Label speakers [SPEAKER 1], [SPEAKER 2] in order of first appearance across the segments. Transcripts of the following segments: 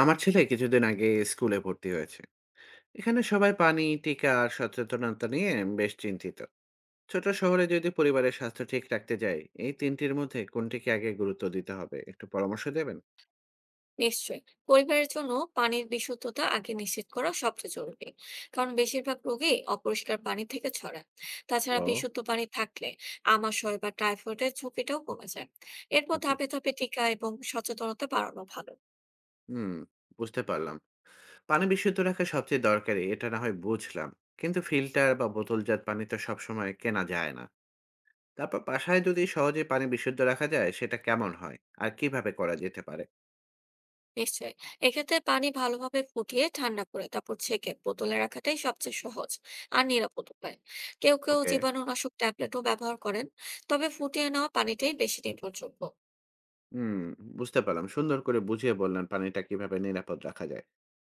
[SPEAKER 1] আমার ছেলে কিছুদিন আগে স্কুলে ভর্তি হয়েছে। এখানে সবাই পানি, টিকা আর সচেতনতা নিয়ে বেশ চিন্তিত। ছোট শহরে যদি পরিবারের স্বাস্থ্য ঠিক রাখতে যাই, এই তিনটির মধ্যে কোনটিকে আগে গুরুত্ব দিতে হবে একটু পরামর্শ দেবেন?
[SPEAKER 2] নিশ্চয়ই। পরিবারের জন্য পানির বিশুদ্ধতা আগে নিশ্চিত করা সবচেয়ে জরুরি, কারণ বেশিরভাগ রোগী অপরিষ্কার পানি থেকে ছড়ায়। তাছাড়া
[SPEAKER 1] ও।
[SPEAKER 2] বিশুদ্ধ পানি থাকলে আমাশয় বা টাইফয়েডের ঝুঁকিটাও কমে যায়। এরপর
[SPEAKER 1] হুম, হুম।
[SPEAKER 2] ধাপে ধাপে টিকা এবং সচেতনতা বাড়ানো ভালো।
[SPEAKER 1] হুম, বুঝতে পারলাম। পানি বিশুদ্ধ রাখা সবচেয়ে দরকারি, এটা না হয় বুঝলাম। কিন্তু ফিল্টার বা বোতলজাত পানি তো সবসময় কেনা যায় না। তারপর বাসায় যদি সহজে পানি বিশুদ্ধ রাখা যায় সেটা কেমন হয়? আর কিভাবে করা যেতে পারে?
[SPEAKER 2] নিশ্চয়ই, এক্ষেত্রে পানি ভালোভাবে ফুটিয়ে ঠান্ডা করে তারপর ছেঁকে বোতলে রাখাটাই সবচেয়ে সহজ আর নিরাপদ উপায়। কেউ কেউ
[SPEAKER 1] ওকে।
[SPEAKER 2] জীবাণুনাশক ট্যাবলেটও ব্যবহার করেন, তবে ফুটিয়ে নেওয়া পানিটাই বেশি নির্ভরযোগ্য।
[SPEAKER 1] হুম, বুঝতে পারলাম। সুন্দর করে বুঝিয়ে বললেন পানিটা কিভাবে নিরাপদ রাখা যায়।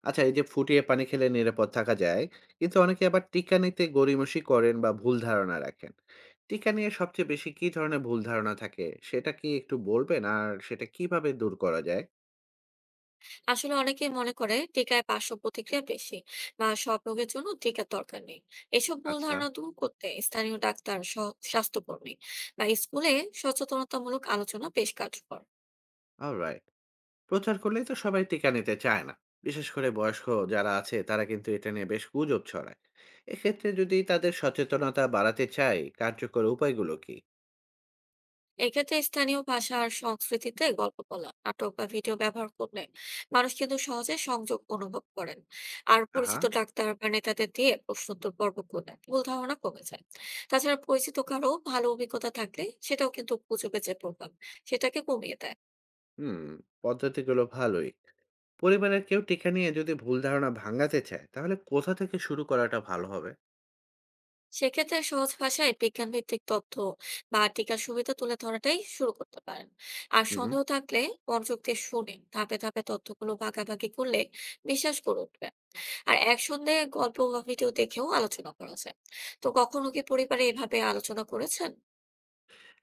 [SPEAKER 1] আচ্ছা, এই যে ফুটিয়ে পানি খেলে নিরাপদ থাকা যায়, কিন্তু অনেকে আবার টিকা নিতে গড়িমসি করেন বা ভুল ধারণা রাখেন। টিকা নিয়ে সবচেয়ে বেশি কি ধরনের ভুল ধারণা থাকে সেটা কি একটু বলবেন? আর সেটা কিভাবে দূর করা যায়?
[SPEAKER 2] আসলে অনেকেই মনে করে টিকায় পার্শ্ব প্রতিক্রিয়া বেশি বা সব রোগের জন্য টিকার দরকার নেই। এসব ভুল
[SPEAKER 1] আচ্ছা।
[SPEAKER 2] ধারণা দূর করতে স্থানীয় ডাক্তার স্বাস্থ্যকর্মী বা স্কুলে সচেতনতামূলক আলোচনা বেশ কার্যকর।
[SPEAKER 1] অলরাইট। প্রচার করলেই তো সবাই টিকা নিতে চায় না। বিশেষ করে বয়স্ক যারা আছে তারা কিন্তু এটা নিয়ে বেশ গুজব ছড়ায়। এক্ষেত্রে যদি তাদের সচেতনতা বাড়াতে চাই, কার্যকর উপায়গুলো কি?
[SPEAKER 2] এক্ষেত্রে স্থানীয় ভাষা আর সংস্কৃতিতে গল্প বলা, নাটক বা ভিডিও ব্যবহার করলে মানুষ কিন্তু সহজে সংযোগ অনুভব করেন। আর
[SPEAKER 1] আহা!
[SPEAKER 2] পরিচিত ডাক্তার বা নেতাদের দিয়ে প্রশ্নোত্তর পর্ব করলে ভুল ধারণা কমে যায়। তাছাড়া পরিচিত কারো ভালো অভিজ্ঞতা থাকলে সেটাও কিন্তু গুজবে যে প্রভাব, সেটাকে কমিয়ে দেয়।
[SPEAKER 1] হুম। পদ্ধতিগুলো ভালোই। পরিবারের কেউ টিকা নিয়ে যদি ভুল ধারণা ভাঙাতে চায়, তাহলে কোথা থেকে শুরু করাটা ভালো হবে?
[SPEAKER 2] সেক্ষেত্রে সহজ ভাষায় বিজ্ঞান ভিত্তিক তথ্য বা টিকার সুবিধা তুলে ধরাটাই শুরু করতে পারেন। আর
[SPEAKER 1] হুম, হুম।
[SPEAKER 2] সন্দেহ থাকলে মনোযোগ দিয়ে শুনে ধাপে ধাপে তথ্যগুলো ভাগাভাগি করলে বিশ্বাস করে উঠবে। আর একসঙ্গে গল্প বা ভিডিও দেখেও আলোচনা করা যায়। তো কখনো কি পরিবারে এভাবে আলোচনা করেছেন?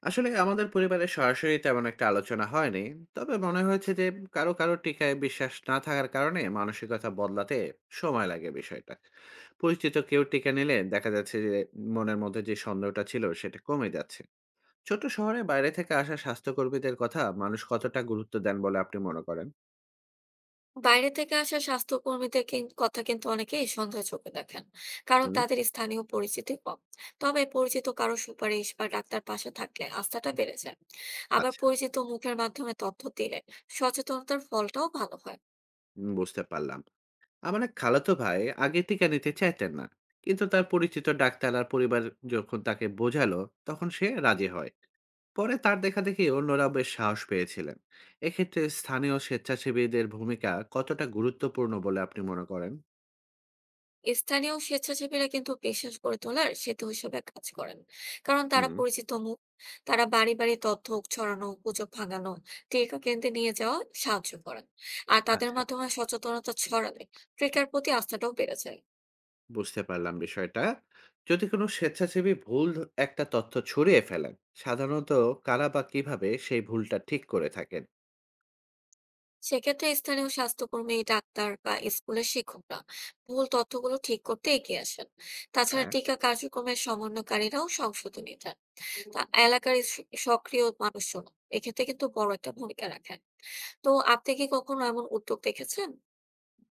[SPEAKER 1] আসলে আমাদের পরিবারে সরাসরি তেমন একটা আলোচনা হয়নি। তবে মনে হয়েছে যে কারো কারো টিকায় বিশ্বাস না থাকার কারণে মানসিকতা বদলাতে সময় লাগে বিষয়টা। পরিচিত কেউ টিকা নিলে দেখা যাচ্ছে যে মনের মধ্যে যে সন্দেহটা ছিল সেটা কমে যাচ্ছে। ছোট শহরে বাইরে থেকে আসা স্বাস্থ্যকর্মীদের কথা মানুষ কতটা গুরুত্ব দেন বলে আপনি মনে করেন?
[SPEAKER 2] বাইরে থেকে আসা স্বাস্থ্যকর্মীদের কথা কিন্তু অনেকেই সন্দেহের চোখে দেখেন, কারণ
[SPEAKER 1] হুম।
[SPEAKER 2] তাদের স্থানীয় পরিচিতি কম। তবে পরিচিত কারো সুপারিশ বা ডাক্তার পাশে থাকলে আস্থাটা বেড়ে যায়। আবার
[SPEAKER 1] আচ্ছা।
[SPEAKER 2] পরিচিত মুখের মাধ্যমে তথ্য দিলে সচেতনতার ফলটাও ভালো হয়।
[SPEAKER 1] বুঝতে পারলাম। আমার এক খালাতো ভাই আগে টিকা নিতে চাইতেন না, কিন্তু তার পরিচিত ডাক্তার আর পরিবার যখন তাকে বোঝালো, তখন সে রাজি হয়। পরে তার দেখা দেখি অন্যরাও বেশ সাহস পেয়েছিলেন। এক্ষেত্রে স্থানীয় স্বেচ্ছাসেবীদের ভূমিকা কতটা গুরুত্বপূর্ণ বলে আপনি মনে করেন?
[SPEAKER 2] স্থানীয় স্বেচ্ছাসেবীরা কিন্তু বিশ্বাস করে তোলার সেতু হিসেবে কাজ করেন, কারণ তারা
[SPEAKER 1] হুম।
[SPEAKER 2] পরিচিত মুখ। তারা বাড়ি বাড়ি তথ্য ছড়ানো, গুজব ভাঙানো, টিকা কেন্দ্রে নিয়ে যাওয়া সাহায্য করেন। আর তাদের
[SPEAKER 1] আচ্ছা।
[SPEAKER 2] মাধ্যমে সচেতনতা ছড়ালে টিকার প্রতি আস্থাটাও বেড়ে যায়।
[SPEAKER 1] বুঝতে পারলাম বিষয়টা। যদি কোনো স্বেচ্ছাসেবী ভুল একটা তথ্য ছড়িয়ে ফেলেন, সাধারণত কারা বা কিভাবে সেই ভুলটা ঠিক করে থাকেন?
[SPEAKER 2] সেক্ষেত্রে স্থানীয় স্বাস্থ্যকর্মী, ডাক্তার বা স্কুলের শিক্ষকরা ভুল তথ্যগুলো ঠিক করতে এগিয়ে আসেন। তাছাড়া
[SPEAKER 1] হ্যাঁ।
[SPEAKER 2] টিকা কার্যক্রমের সমন্বয়কারীরাও সংশোধনী দেন। তা এলাকার সক্রিয় মানুষজন এক্ষেত্রে কিন্তু বড় একটা ভূমিকা রাখেন। তো আপনি কি কখনো এমন উদ্যোগ দেখেছেন?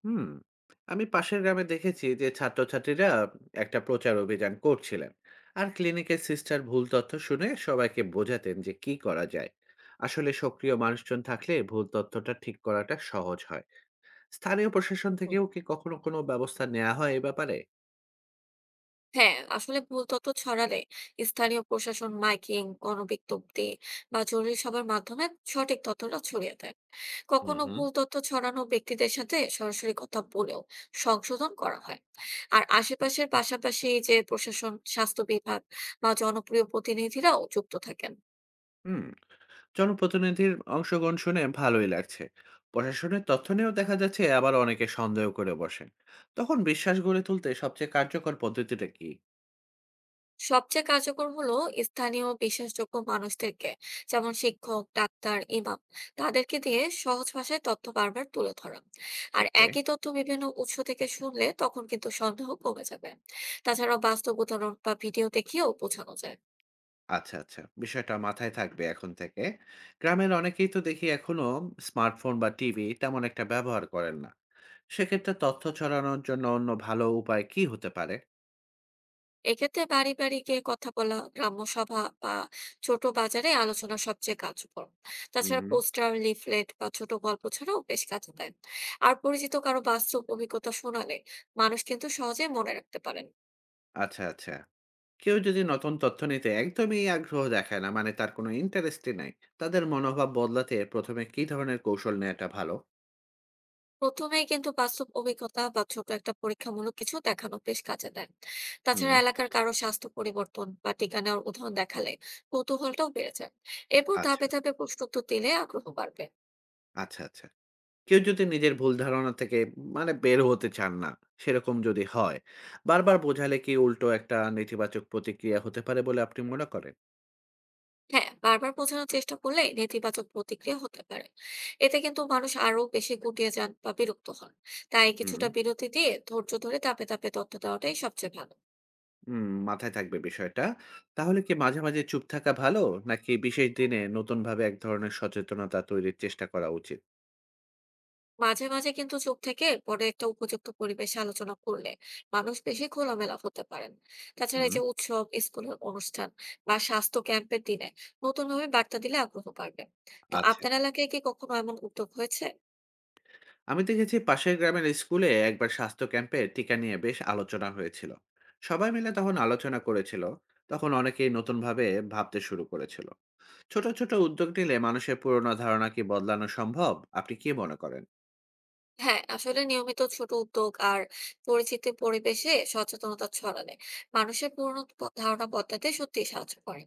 [SPEAKER 1] হুম। আমি পাশের গ্রামে দেখেছি যে ছাত্রছাত্রীরা একটা প্রচার অভিযান করছিলেন, আর ক্লিনিকের সিস্টার ভুল তথ্য শুনে সবাইকে বোঝাতেন যে কি করা যায়। আসলে সক্রিয় মানুষজন থাকলে ভুল তথ্যটা ঠিক করাটা সহজ হয়। স্থানীয় প্রশাসন
[SPEAKER 2] হুম।
[SPEAKER 1] থেকেও কি কখনো কোনো ব্যবস্থা নেওয়া হয় এই ব্যাপারে?
[SPEAKER 2] হ্যাঁ, আসলে ভুল তথ্য ছড়ালে স্থানীয় প্রশাসন মাইকিং, গণবিজ্ঞপ্তি বা জরুরি সভার মাধ্যমে সঠিক তথ্যটা ছড়িয়ে দেয়।
[SPEAKER 1] হুম,
[SPEAKER 2] কখনো
[SPEAKER 1] হুম।
[SPEAKER 2] ভুল তথ্য ছড়ানো ব্যক্তিদের সাথে সরাসরি কথা বলেও সংশোধন করা হয়। আর আশেপাশের পাশাপাশি যে প্রশাসন, স্বাস্থ্য বিভাগ বা জনপ্রিয় প্রতিনিধিরাও যুক্ত থাকেন।
[SPEAKER 1] হুম, জনপ্রতিনিধির অংশগ্রহণ শুনে ভালোই লাগছে। প্রশাসনের তথ্য নিয়েও দেখা যাচ্ছে আবার অনেকে সন্দেহ করে বসেন। তখন বিশ্বাস গড়ে তুলতে সবচেয়ে কার্যকর পদ্ধতিটা কি?
[SPEAKER 2] সবচেয়ে কার্যকর হলো স্থানীয় বিশ্বাসযোগ্য মানুষদেরকে, যেমন শিক্ষক, ডাক্তার, ইমাম, তাদেরকে দিয়ে সহজ ভাষায় তথ্য বারবার তুলে ধরা। আর
[SPEAKER 1] ওকে।
[SPEAKER 2] একই তথ্য বিভিন্ন উৎস থেকে শুনলে তখন কিন্তু সন্দেহ কমে যাবে। তাছাড়া বাস্তব উদাহরণ বা ভিডিও দেখিয়েও বোঝানো যায়।
[SPEAKER 1] আচ্ছা, আচ্ছা। বিষয়টা মাথায় থাকবে এখন থেকে। গ্রামের অনেকেই তো দেখি এখনো স্মার্টফোন বা টিভি তেমন একটা ব্যবহার করেন না। সেক্ষেত্রে তথ্য ছড়ানোর জন্য অন্য ভালো উপায় কি হতে পারে?
[SPEAKER 2] এক্ষেত্রে বাড়ি বাড়ি গিয়ে কথা বলা, গ্রাম্য সভা বা ছোট বাজারে আলোচনা সবচেয়ে কার্যকর। তাছাড়া
[SPEAKER 1] হুম।
[SPEAKER 2] পোস্টার, লিফলেট বা ছোট গল্প ছাড়াও বেশ কাজে দেয়। আর পরিচিত কারো বাস্তব অভিজ্ঞতা শোনালে মানুষ কিন্তু সহজে মনে রাখতে পারেন।
[SPEAKER 1] আচ্ছা, আচ্ছা। কেউ যদি নতুন তথ্য নিতে একদমই আগ্রহ দেখায় না, মানে তার কোনো ইন্টারেস্টই নাই। তাদের মনোভাব বদলাতে ১ম এ কি ধরনের কৌশল নেয়াটা ভালো?
[SPEAKER 2] প্রথমেই কিন্তু বাস্তব অভিজ্ঞতা বা ছোট একটা পরীক্ষামূলক কিছু দেখানো বেশ কাজে দেয়।
[SPEAKER 1] হুম।
[SPEAKER 2] তাছাড়া এলাকার কারো স্বাস্থ্য পরিবর্তন বা টিকা নেওয়ার উদাহরণ দেখালে কৌতূহলটাও বেড়ে যায়। এরপর
[SPEAKER 1] আচ্ছা,
[SPEAKER 2] ধাপে ধাপে প্রশ্ন উত্তর দিলে আগ্রহ বাড়বে।
[SPEAKER 1] আচ্ছা, আচ্ছা। কেউ যদি নিজের ভুল ধারণা থেকে মানে বের হতে চান না, সেরকম যদি হয়, বারবার বোঝালে কি উল্টো একটা নেতিবাচক প্রতিক্রিয়া হতে পারে বলে আপনি মনে করেন?
[SPEAKER 2] হ্যাঁ, বারবার বোঝানোর চেষ্টা করলে নেতিবাচক প্রতিক্রিয়া হতে পারে। এতে কিন্তু মানুষ আরো বেশি গুটিয়ে যান বা বিরক্ত হন। তাই
[SPEAKER 1] হুম,
[SPEAKER 2] কিছুটা বিরতি দিয়ে ধৈর্য ধরে ধাপে ধাপে তথ্য দেওয়াটাই সবচেয়ে ভালো।
[SPEAKER 1] হুম, মাথায় থাকবে বিষয়টা। তাহলে কি মাঝে, মাঝে চুপ থাকা ভালো? নাকি বিশেষ দিনে নতুনভাবে এক ধরনের সচেতনতা তৈরির চেষ্টা করা উচিত?
[SPEAKER 2] মাঝে মাঝে কিন্তু চুপ থেকে পরে একটা উপযুক্ত পরিবেশে আলোচনা করলে মানুষ বেশি খোলামেলা হতে পারেন। তাছাড়া এই
[SPEAKER 1] হুম।
[SPEAKER 2] যে উৎসব, স্কুলের অনুষ্ঠান বা স্বাস্থ্য ক্যাম্পের দিনে নতুনভাবে বার্তা দিলে আগ্রহ বাড়বে। তো
[SPEAKER 1] আচ্ছা।
[SPEAKER 2] আপনার এলাকায় কি কখনো এমন উদ্যোগ হয়েছে?
[SPEAKER 1] আমি দেখেছি পাশের গ্রামের স্কুলে একবার স্বাস্থ্য ক্যাম্পে টিকা নিয়ে বেশ আলোচনা হয়েছিল। সবাই মিলে তখন আলোচনা করেছিল। তখন অনেকেই নতুনভাবে ভাবতে শুরু করেছিল। ছোট, ছোট উদ্যোগ নিলে মানুষের পুরোনো ধারণা কি বদলানো সম্ভব? আপনি কি মনে করেন?
[SPEAKER 2] হ্যাঁ, আসলে নিয়মিত ছোট উদ্যোগ আর পরিচিতি পরিবেশে সচেতনতা ছড়ালে মানুষের পুরনো ধারণা বদলাতে সত্যিই সাহায্য করে।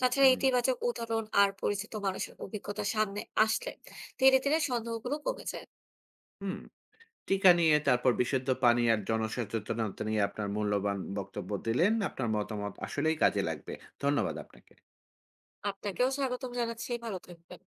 [SPEAKER 2] তাছাড়া
[SPEAKER 1] হুম।
[SPEAKER 2] ইতিবাচক উদাহরণ আর পরিচিত মানুষের অভিজ্ঞতা সামনে আসলে ধীরে ধীরে সন্দেহগুলো কমে যায়।
[SPEAKER 1] হুম, টিকা নিয়ে তারপর বিশুদ্ধ পানি আর জনসচেতনতা নিয়ে আপনার মূল্যবান বক্তব্য দিলেন। আপনার মতামত আসলেই কাজে লাগবে। ধন্যবাদ আপনাকে।
[SPEAKER 2] আপনাকেও স্বাগতম জানাচ্ছি, ভালো থাকবেন।